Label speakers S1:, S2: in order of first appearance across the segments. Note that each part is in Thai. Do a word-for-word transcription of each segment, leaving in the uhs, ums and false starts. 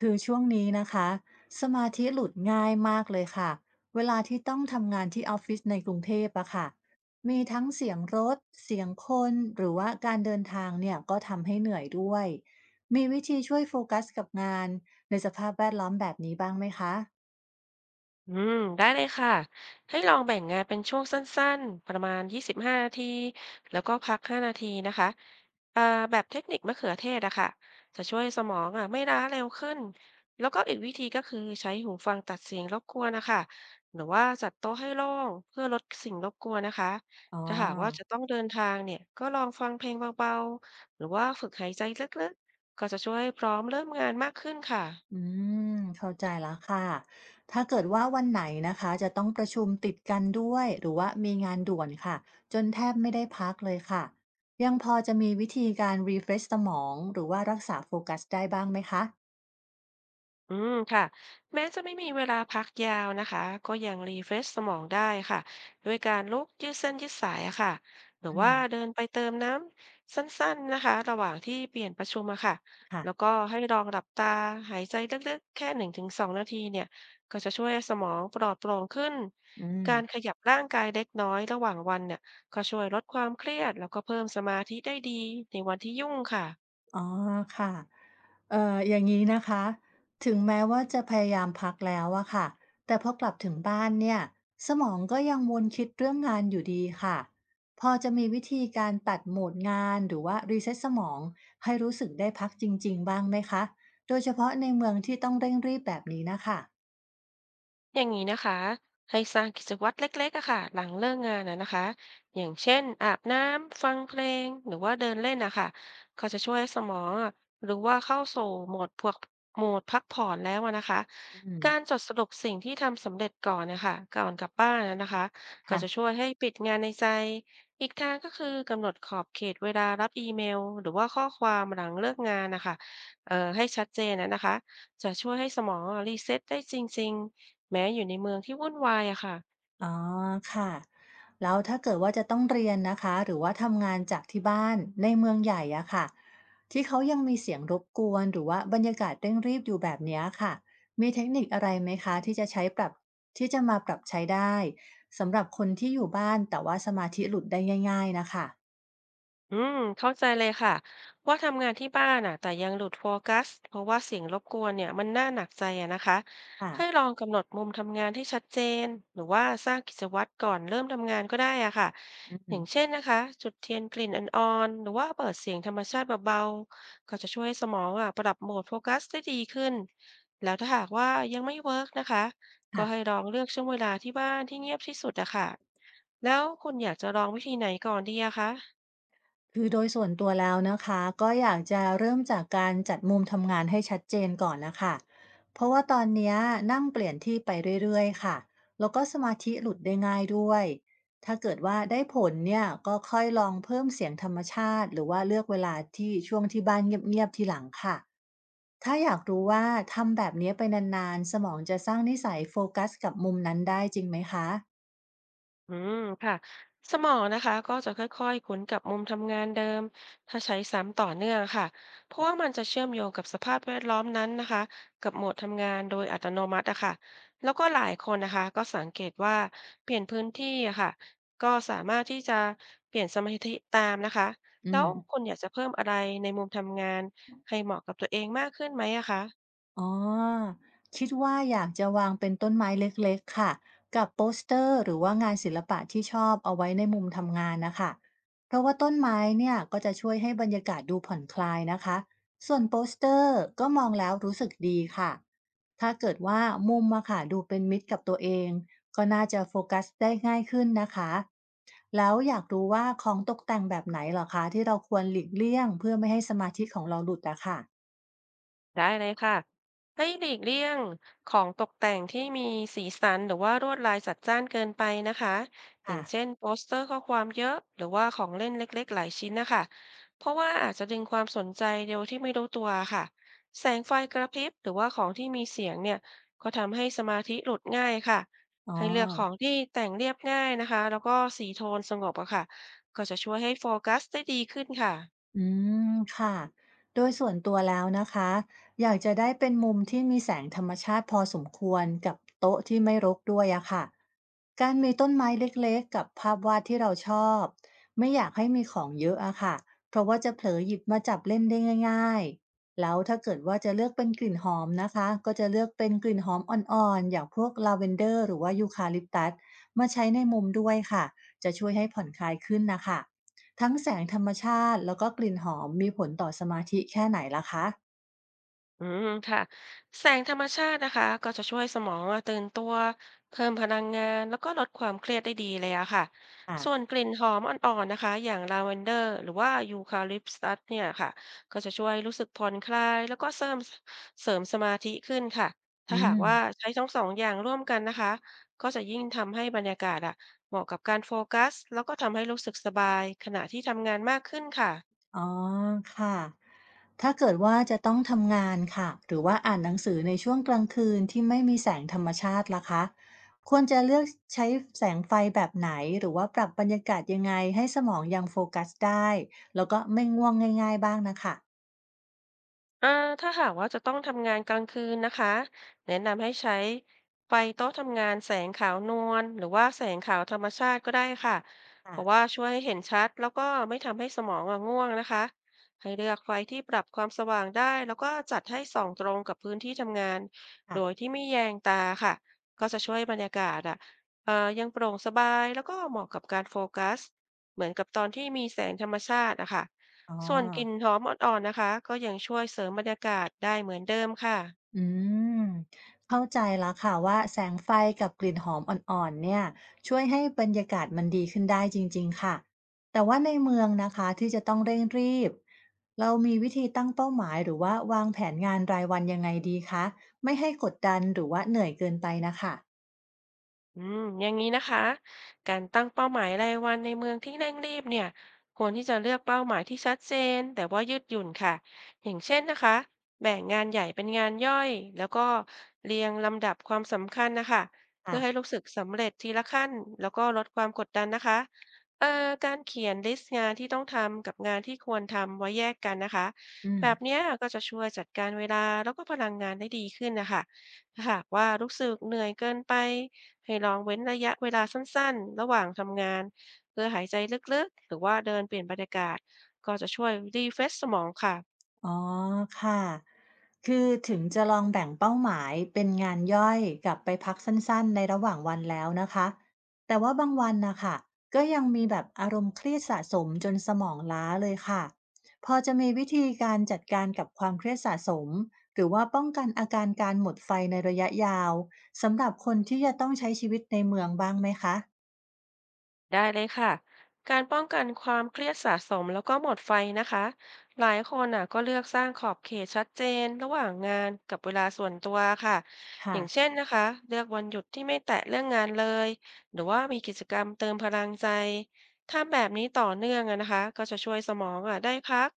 S1: คือช่วงนี้นะคะสมาธิหลุดง่ายมากเลยค่ะเวลาที่ต้องทำงานที่ออฟฟิศในกรุงเทพอะค่ะมีทั้งเสียงรถเสียงคนหรือว่าการเดินทางเนี่ยก็ทำให้เหนื่อยด้วยมีวิธีช่วยโฟกัสกับงานในสภาพแวดล้อมแบบนี้บ้างไหมคะ
S2: อืมได้เลยค่ะให้ลองแบ่งงานเป็นช่วงสั้นๆประมาณ ยี่สิบห้า นาทีแล้วก็พัก ห้า นาทีนะคะเอ่อแบบเทคนิคมะเขือเทศอะค่ะจะช่วยสมองอะไม่ล้าเร็วขึ้นแล้วก็อีกวิธีก็คือใช้หูฟังตัดเสียงรบกวนนะคะหรือว่าจัดโต๊ะให้โล่งเพื่อลดสิ่งรบกวนนะคะ
S1: อ๋อ
S2: ถ้าหากว่าจะต้องเดินทางเนี่ยก็ลองฟังเพลงเบาๆหรือว่าฝึกหายใจลึกๆก็จะช่วยพร้อมเริ่มงานมากขึ้น
S1: อื
S2: ค่ะ
S1: มเข้าใจแล้วค่ะถ้าเกิดว่าวันไหนนะคะจะต้องประชุมติดกันด้วยหรือว่ามีงานด่วนค่ะจนแทบไม่ได้พักเลยค่ะยังพอจะมีวิธีการ refresh สมองหรือว่ารักษาโฟกัสได้บ้างไหมคะ
S2: อืมค่ะแม้จะไม่มีเวลาพักยาวนะคะก็ยังรีเฟรชสมองได้ค่ะด้วยการลุกยืดเส้นยืดสายอะค่ะหรือ
S1: อื
S2: ว่า
S1: ม
S2: เดินไปเติมน้ำสั้นๆนะคะระหว่างที่เปลี่ยนประชุมอะค่ะ
S1: ค่ะ
S2: แล้วก็ให้ลองหลับตาหายใจลึกๆแค่หนึ่งถึงสองนาทีเนี่ยก็จะช่วยให้สมองปลอดโปร่งขึ้น
S1: อืม
S2: การขยับร่างกายเล็กน้อยระหว่างวันเนี่ยก็ช่วยลดความเครียดแล้วก็เพิ่มสมาธิได้ดีในวันที่ยุ่งค่ะ
S1: อ๋อค่ะเอ่ออย่างนี้นะคะถึงแม้ว่าจะพยายามพักแล้วอะค่ะแต่พอกลับถึงบ้านเนี่ยสมองก็ยังวนคิดเรื่องงานอยู่ดีค่ะพอจะมีวิธีการตัดโหมดงานหรือว่ารีเซ็ตสมองให้รู้สึกได้พักจริงๆบ้างไหมคะโดยเฉพาะในเมืองที่ต้องเร่งรีบแบบนี้นะคะ
S2: อย่างนี้นะคะให้สร้างกิจวัตรเล็กๆอะค่ะหลังเลิกงานนะนะคะอย่างเช่นอาบน้ำฟังเพลงหรือว่าเดินเล่นนะคะก็จะช่วยให้สมองอะหรือว่าเข้าสู่โหมดพวกโหมดพักผ่อนแล้วอะนะคะ
S1: อืม
S2: การจดสรุปสิ่งที่ทำสำเร็จก่อนนะคะก่อนกลับบ้านนะนะคะก็
S1: ค่ะ
S2: จะช่วยให้ปิดงานในใจอีกทางก็คือกำหนดขอบเขตเวลารับอีเมลหรือว่าข้อความหลังเลิกงานนะคะเอ่อให้ชัดเจนนะนะคะจะช่วยให้สมองอะรีเซ็ตได้จริงๆ แม้อยู่ในเมืองที่วุ่นวายอะค่ะ
S1: อ๋อค่ะแล้วถ้าเกิดว่าจะต้องเรียนนะคะหรือว่าทำงานจากที่บ้านในเมืองใหญ่อะค่ะที่เขายังมีเสียงรบกวนหรือว่าบรรยากาศเร่งรีบอยู่แบบเนี้ยค่ะมีเทคนิคอะไรไหมคะที่จะใช้ปรับที่จะมาปรับใช้ได้สำหรับคนที่อยู่บ้านแต่ว่าสมาธิหลุดได้ง่ายๆนะคะ
S2: อืมเข้าใจเลยค่ะว่าทำงานที่บ้านอ่ะแต่ยังหลุดโฟกัสเพราะว่าเสียงรบกวนเนี่ยมันน่าหนักใจอะนะคะ
S1: ค่ะ
S2: ให้ลองกำหนดมุมทำงานที่ชัดเจนหรือว่าสร้างกิจวัตรก่อนเริ่มทำงานก็ได้อ่ะค่ะ
S1: อื
S2: อย่า
S1: ม
S2: งเช่นนะคะจุดเทียนกลิ่นอ่อนๆหรือว่าเปิดเสียงธรรมชาติเบาๆก็จะช่วยให้สมองอ่ะปรับโหมดโฟกัสได้ดีขึ้นแล้วถ้าหากว่ายังไม่เวิร์กนะคะก็ให้ล
S1: ค่ะ
S2: องเลือกช่วงเวลาที่บ้านที่เงียบที่สุดอะค่ะแล้วคุณอยากจะลองวิธีไหนก่อนดีอะคะ
S1: คือโดยส่วนตัวแล้วนะคะก็อยากจะเริ่มจากการจัดมุมทำงานให้ชัดเจนก่อนนะคะเพราะว่าตอนเนี้ยนั่งเปลี่ยนที่ไปเรื่อยๆค่ะแล้วก็สมาธิหลุดได้ง่ายด้วยถ้าเกิดว่าได้ผลเนี่ยก็ค่อยลองเพิ่มเสียงธรรมชาติหรือว่าเลือกเวลาที่ช่วงที่บ้านเงียบๆทีหลังค่ะถ้าอยากรู้ว่าทำแบบเนี้ยไปนานๆสมองจะสร้างนิสัยโฟกัสกับมุมนั้นได้จริงไหมคะ
S2: อืมค่ะสมองนะคะก็จะค่อยๆคุ้นกับมุมทำงานเดิมถ้าใช้ซ้ำต่อเนื่องค่ะเพราะว่ามันจะเชื่อมโยงกับสภาพแวดล้อมนั้นนะคะกับโหมดทำงานโดยอัตโนมัติอะค่ะแล้วก็หลายคนนะคะก็สังเกตว่าเปลี่ยนพื้นที่อะค่ะก็สามารถที่จะเปลี่ยนสมาธิตามนะคะ
S1: อื
S2: แล้
S1: ม
S2: วคุณอยากจะเพิ่มอะไรในมุมทำงานให้เหมาะกับตัวเองมากขึ้นไหมอะคะ
S1: อ๋อคิดว่าอยากจะวางเป็นต้นไม้เล็กๆค่ะกับโปสเตอร์หรือว่างานศิลปะที่ชอบเอาไว้ในมุมทำงานนะคะเพราะว่าต้นไม้เนี่ยก็จะช่วยให้บรรยากาศดูผ่อนคลายนะคะส่วนโปสเตอร์ก็มองแล้วรู้สึกดีค่ะถ้าเกิดว่ามุมอะค่ะดูเป็นมิตรกับตัวเองก็น่าจะโฟกัสได้ง่ายขึ้นนะคะแล้วอยากรู้ว่าของตกแต่งแบบไหนเหรอคะที่เราควรหลีกเลี่ยงเพื่อไม่ให้สมาธิของเราหลุดอะค่ะ
S2: ได้เลยค่ะให้หลีกเลี่ยงของตกแต่งที่มีสีสันหรือว่าลวดลายจัดจ้านเกินไปนะคะอย่า
S1: ค่ะ
S2: งเช่นโปสเตอร์ข้อความเยอะหรือว่าของเล่นเล็กๆหลายชิ้นนะคะเพราะว่าอาจจะดึงความสนใจโดยที่ไม่รู้ตัวค่ะแสงไฟกระพริบหรือว่าของที่มีเสียงเนี่ยก็ทำให้สมาธิหลุดง่ายค่ะ
S1: อ๋อ
S2: ให้เลือกของที่แต่งเรียบง่ายนะคะแล้วก็สีโทนสงบอะค่ะก็จะช่วยให้โฟกัสได้ดีขึ้นค่ะ
S1: อืมค่ะโดยส่วนตัวแล้วนะคะอยากจะได้เป็นมุมที่มีแสงธรรมชาติพอสมควรกับโต๊ะที่ไม่รกด้วยอะค่ะการมีต้นไม้เล็กๆกับภาพวาดที่เราชอบไม่อยากให้มีของเยอะอะค่ะเพราะว่าจะเผลอหยิบมาจับเล่นได้ง่ายๆแล้วถ้าเกิดว่าจะเลือกเป็นกลิ่นหอมนะคะก็จะเลือกเป็นกลิ่นหอมอ่อนๆอย่างพวกลาเวนเดอร์หรือว่ายูคาลิปตัสมาใช้ในมุมด้วยค่ะจะช่วยให้ผ่อนคลายขึ้นนะคะ ทั้งแสงธรรมชาติแล้วก็กลิ่นหอมมีผลต่อสมาธิแค่ไหนล่ะคะ
S2: อืมค่ะแสงธรรมชาตินะคะก็จะช่วยสมองอะตื่นตัวเพิ่มพลังงานแล้วก็ลดความเครียดได้ดีเลยอะค่ะส่วน
S1: ค่ะ
S2: กลิ่นหอมอ่อนๆนะคะอย่างลาเวนเดอร์หรือว่ายูคาลิปตัสเนี่ยค่ะก็จะช่วยรู้สึกผ่อนคลายแล้วก็เสริมเสริมสมาธิขึ้นค่ะ
S1: อื
S2: ถ้าหาก
S1: ม
S2: ว่าใช้ทั้งสองอย่างร่วมกันนะคะก็จะยิ่งทำให้บรรยากาศอะเหมาะกับการโฟกัสแล้วก็ทำให้รู้สึกสบายขณะที่ทำงานมากขึ้นค่ะ
S1: อ๋อค่ะถ้าเกิดว่าจะต้องทำงานค่ะหรือว่าอ่านหนังสือในช่วงกลางคืนที่ไม่มีแสงธรรมชาติล่ะคะควรจะเลือกใช้แสงไฟแบบไหนหรือว่าปรับบรรยากาศยังไงให้สมองยังโฟกัสได้แล้วก็ไม่ง่วงง่ายๆบ้างน่ะค่ะ
S2: อ่าถ้าหากว่าจะต้องทำงานกลางคืนนะคะแนะนำให้ใช้ไฟโต๊ะทำงานแสงขาวนวลหรือว่าแสงขาวธรรมชาติก็ได้ค่ะเพราะว่า
S1: ค่ะ
S2: ช่วยให้เห็นชัดแล้วก็ไม่ทำให้สมองอะง่วงนะคะให้เลือกไฟที่ปรับความสว่างได้แล้วก็จัดให้ส่องตรงกับพื้นที่ทำงาน
S1: ค่ะ
S2: โดยที่ไม่แยงตาค่ะก็จะช่วยบรรยากาศอ่ะเอ่อยังโปร่งสบายแล้วก็เหมาะกับการโฟกัสเหมือนกับตอนที่มีแสงธรรมชาติอะค่ะ
S1: อ๋อ
S2: ส่วนกลิ่นหอมอ่อนๆนะคะก็ยังช่วยเสริมบรรยากาศได้เหมือนเดิมค่ะ
S1: อืมเข้าใจแล้วค่ะว่าแสงไฟกับกลิ่นหอมอ่อนๆเนี่ยช่วยให้บรรยากาศมันดีขึ้นได้จริงๆค่ะแต่ว่าในเมืองนะคะที่จะต้องเร่งรีบเรามีวิธีตั้งเป้าหมายหรือว่าวางแผนงานรายวันยังไงดีคะไม่ให้กดดันหรือว่าเหนื่อยเกินไปนะคะ
S2: อืมอย่างนี้นะคะการตั้งเป้าหมายรายวันในเมืองที่เร่งรีบเนี่ยควรที่จะเลือกเป้าหมายที่ชัดเจนแต่ว่ายืดหยุ่นค่ะอย่างเช่นนะคะแบ่งงานใหญ่เป็นงานย่อยแล้วก็เรียงลำดับความสำคัญนะคะเพื่อ
S1: ค่ะ
S2: ให้รู้สึกสำเร็จทีละขั้นแล้วก็ลดความกดดันนะคะเอ่อการเขียนลิสต์งานที่ต้องทำกับงานที่ควรทำไว้แยกกันนะคะ
S1: อืม
S2: แบบเนี้ยก็จะช่วยจัดการเวลาแล้วก็พลังงานได้ดีขึ้นนะคะถ้าหากว่ารู้สึกเหนื่อยเกินไป ให้ลองเว้นระยะเวลาสั้นๆ ระหว่างทำงานเพื่อหายใจลึกๆหรือว่าเดินเปลี่ยนบรรยากาศก็จะช่วย refresh สมองค่ะ
S1: อ๋อค่ะคือถึงจะลองแบ่งเป้าหมายเป็นงานย่อยกับไปพักสั้นๆในระหว่างวันแล้วนะคะแต่ว่าบางวันนะคะก็ยังมีแบบอารมณ์เครียดสะสมจนสมองล้าเลยค่ะ พอจะมีวิธีการจัดการกับความเครียดสะสมหรือว่าป้องกันอาการการหมดไฟในระยะยาวสำหรับคนที่จะต้องใช้ชีวิตในเมืองบ้างไหมคะ
S2: ได้เลยค่ะการป้องกันความเครียดสะสมแล้วก็หมดไฟนะคะหลายคนน่ะก็เลือกสร้างขอบเขตชัดเจนระหว่างงานกับเวลาส่วนตัวค่ะอ
S1: ค่ะ
S2: ย่างเช่นนะคะเลือกวันหยุดที่ไม่แตะเรื่องงานเลยหรือว่ามีกิจกรรมเติมพลังใจทำแบบนี้ต่อเนื่องอะนะคะก็จะช่วยสมองอ่ะได้พัก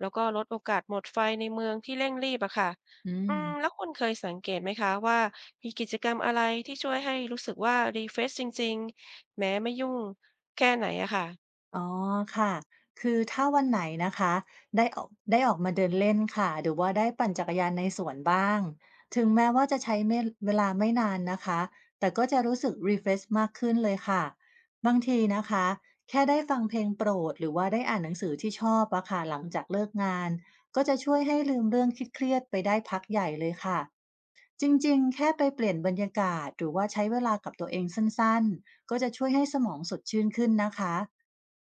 S2: แล้วก็ลดโอกาสหมดไฟในเมืองที่เร่งรีบอะค่ะ
S1: อื
S2: อื
S1: ม
S2: มแล้วคุณเคยสังเกตไหมคะว่ามีกิจกรรมอะไรที่ช่วยให้รู้สึกว่ารีเฟรชจริงๆแม้ไม่ยุ่ง แค่ไหนอะค่ะ
S1: อ๋อค่ะคือถ้าวันไหนนะคะได้ออกได้ออกมาเดินเล่นค่ะหรือว่าได้ปั่นจักรยานในสวนบ้าง ถึงแม้ว่าจะใช้เมเวลาไม่นานนะคะแต่ก็จะรู้สึก refresh มากขึ้นเลยค่ะ บางทีนะคะแค่ได้ฟังเพลงโปรดหรือว่าได้อ่านหนังสือที่ชอบอะค่ะหลังจากเลิกงานก็จะช่วยให้ลืมเรื่องเครียดๆไปได้พักใหญ่เลยค่ะ จริงๆแค่ไปเปลี่ยนบรรยากาศหรือว่าใช้เวลากับตัวเองสั้นๆก็จะช่วยให้สมองสดชื่นขึ้นนะคะ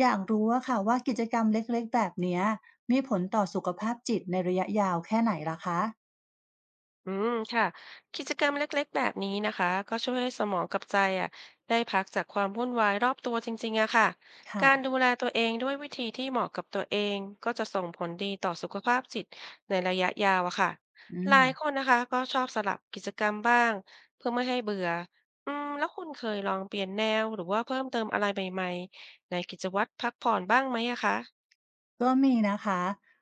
S1: อยากรู้ว่าค่ะว่ากิจกรรมเล็กๆแบบเนี้ยมีผลต่อสุขภาพจิตในระยะยาวแค่ไหนล่ะคะ
S2: อืม ค่ะกิจกรรมเล็กๆแบบนี้นะคะ ก็ช่วยให้สมองกับใจอะได้พักจากความวุ่นวายรอบตัวจริงๆอะค่ะ
S1: ค่ะ
S2: การดูแลตัวเองด้วยวิธีที่เหมาะกับตัวเอง ก็จะส่งผลดีต่อสุขภาพจิตในระยะยาวอะค่ะ
S1: อื
S2: หลา
S1: ม
S2: ยคนนะคะก็ชอบสลับกิจกรรมบ้างเพื่อไม่ให้เบื่ออืม แล้วคุณเคยลองเปลี่ยนแนวหรือว่าเพิ่มเติมอะไรใหม่ๆในกิจวัตรพักผ่อนบ้างไหมอะคะ
S1: ก็มีนะคะ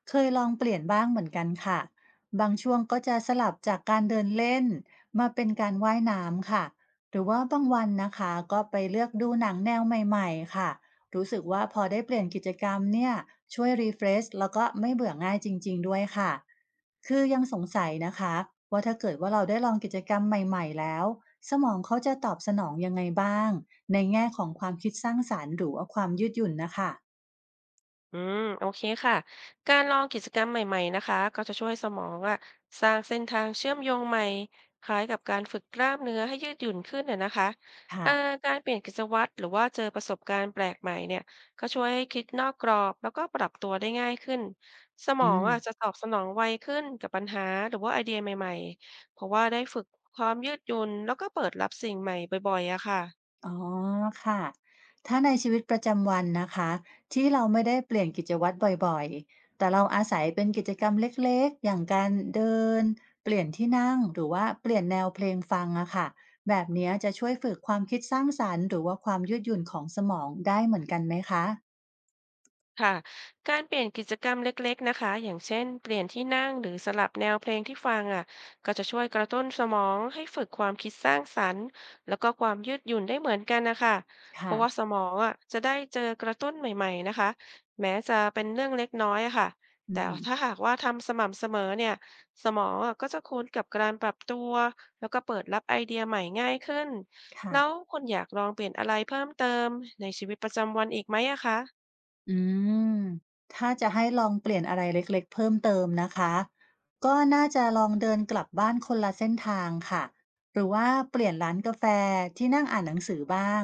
S1: เคยลองเปลี่ยนบ้างเหมือนกันค่ะบางช่วงก็จะสลับจากการเดินเล่นมาเป็นการว่ายน้ำค่ะหรือว่าบางวันนะคะก็ไปเลือกดูหนังแนวใหม่ๆค่ะรู้สึกว่าพอได้เปลี่ยนกิจกรรมเนี่ยช่วยรีเฟรชแล้วก็ไม่เบื่อง่ายจริงๆด้วยค่ะคือยังสงสัยนะคะว่าถ้าเกิดว่าเราได้ลองกิจกรรมใหม่ๆแล้วสมองเขาจะตอบสนองยังไงบ้างในแง่ของความคิดสร้างสรรค์หรือว่าความยืดหยุ่นนะคะ
S2: อืมโอเคค่ะการลองกิจกรรมใหม่ๆนะคะก็จะช่วยสมองอะสร้างเส้นทางเชื่อมโยงใหม่คล้ายกับการฝึกกล้ามเนื้อให้ยืดหยุ่นขึ้นน่ะนะคะ
S1: ค่ะ
S2: อ่าการเปลี่ยนกิจวัตรหรือว่าเจอประสบการณ์แปลกใหม่เนี่ยก็ช่วยให้คิดนอกกรอบแล้วก็ปรับตัวได้ง่ายขึ้นสมอ
S1: อื
S2: ง
S1: ม
S2: อะจะตอบสนองไวขึ้นกับปัญหาหรือว่าไอเดียใหม่ๆเพราะว่าได้ฝึกความยืดหยุ่นแล้วก็เปิดรับสิ่งใหม่บ่อยๆอะค่ะ
S1: อ๋อค่ะ ถ้าในชีวิตประจำวันนะคะที่เราไม่ได้เปลี่ยนกิจวัตรบ่อยๆ แต่เราอาศัยเป็นกิจกรรมเล็กๆ อย่างการเดินเปลี่ยนที่นั่งหรือว่าเปลี่ยนแนวเพลงฟังอะค่ะแบบเนี้ยจะช่วยฝึกความคิดสร้างสรรค์หรือว่าความยืดหยุ่นของสมองได้เหมือนกันไหมคะ
S2: ค่ะการเปลี่ยนกิจกรรมเล็กๆนะคะอย่างเช่นเปลี่ยนที่นั่งหรือสลับแนวเพลงที่ฟังอ่ะก็จะช่วยกระตุ้นสมองให้ฝึกความคิดสร้างสรรค์แล้วก็ความยืดหยุ่นได้เหมือนกันนะคะเพราะว่าส
S1: ค่ะ
S2: มองอ่ะจะได้เจอกระตุ้นใหม่ๆนะคะแม้จะเป็นเรื่องเล็กน้อยอะค่ะ
S1: อื
S2: แต่
S1: ม
S2: ถ้าหากว่าทำสม่ำเสมอเนี่ยสมองอ่ะก็จะคุ้นกับการปรับตัวแล้วก็เปิดรับไอเดียใหม่ง่ายขึ้นแล้ว
S1: ค่ะ
S2: คุณอยากลองเปลี่ยนอะไรเพิ่มเติมในชีวิตประจำวันอีกไหมอะคะ
S1: อืมถ้าจะให้ลองเปลี่ยนอะไรเล็กๆเพิ่มเติมนะคะ ก็น่าจะลองเดินกลับบ้านคนละเส้นทางค่ะหรือว่าเปลี่ยนร้านกาแฟที่นั่งอ่านหนังสือบ้าง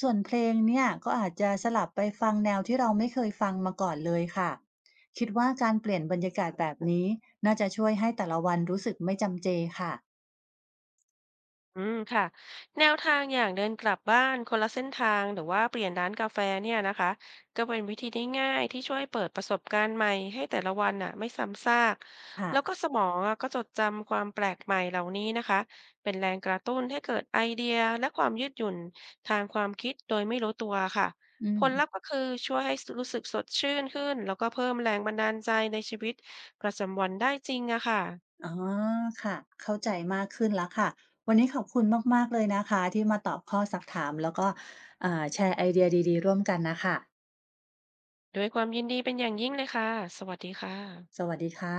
S1: ส่วนเพลงเนี่ยก็อาจจะสลับไปฟังแนวที่เราไม่เคยฟังมาก่อนเลยค่ะคิดว่าการเปลี่ยนบรรยากาศแบบนี้น่าจะช่วยให้แต่ละวันรู้สึกไม่จำเจค่ะ
S2: อืมค่ะแนวทางอย่างเดินกลับบ้านคนละเส้นทางหรือว่าเปลี่ยนร้านกาแฟเนี่ยนะคะก็เป็นวิธีที่ง่ายที่ช่วยเปิดประสบการณ์ใหม่ให้แต่ละวันน่ะไม่ซ้ำซาก
S1: ค่ะ
S2: แล้วก็สมองอ่ะก็จดจำความแปลกใหม่เหล่านี้นะคะเป็นแรงกระตุ้นให้เกิดไอเดียและความยืดหยุ่นทางความคิดโดยไม่รู้ตัวค่ะ
S1: อื
S2: ผ
S1: ม
S2: ลลัพธ์ก็คือช่วยให้รู้สึกสดชื่นขึ้นแล้วก็เพิ่มแรงบันดาลใจในชีวิตประจำวันได้จริงอะค่ะ
S1: อ๋อค่ะเข้าใจมากขึ้นแล้วค่ะวันนี้ขอบคุณมากๆเลยนะคะที่มาตอบข้อสักถามแล้วก็อ่าแชร์ไอเดียดีๆร่วมกันนะคะ
S2: ด้วยความยินดีเป็นอย่างยิ่งเลยค่ะสวัสดีค่ะ
S1: สวัสดีค่ะ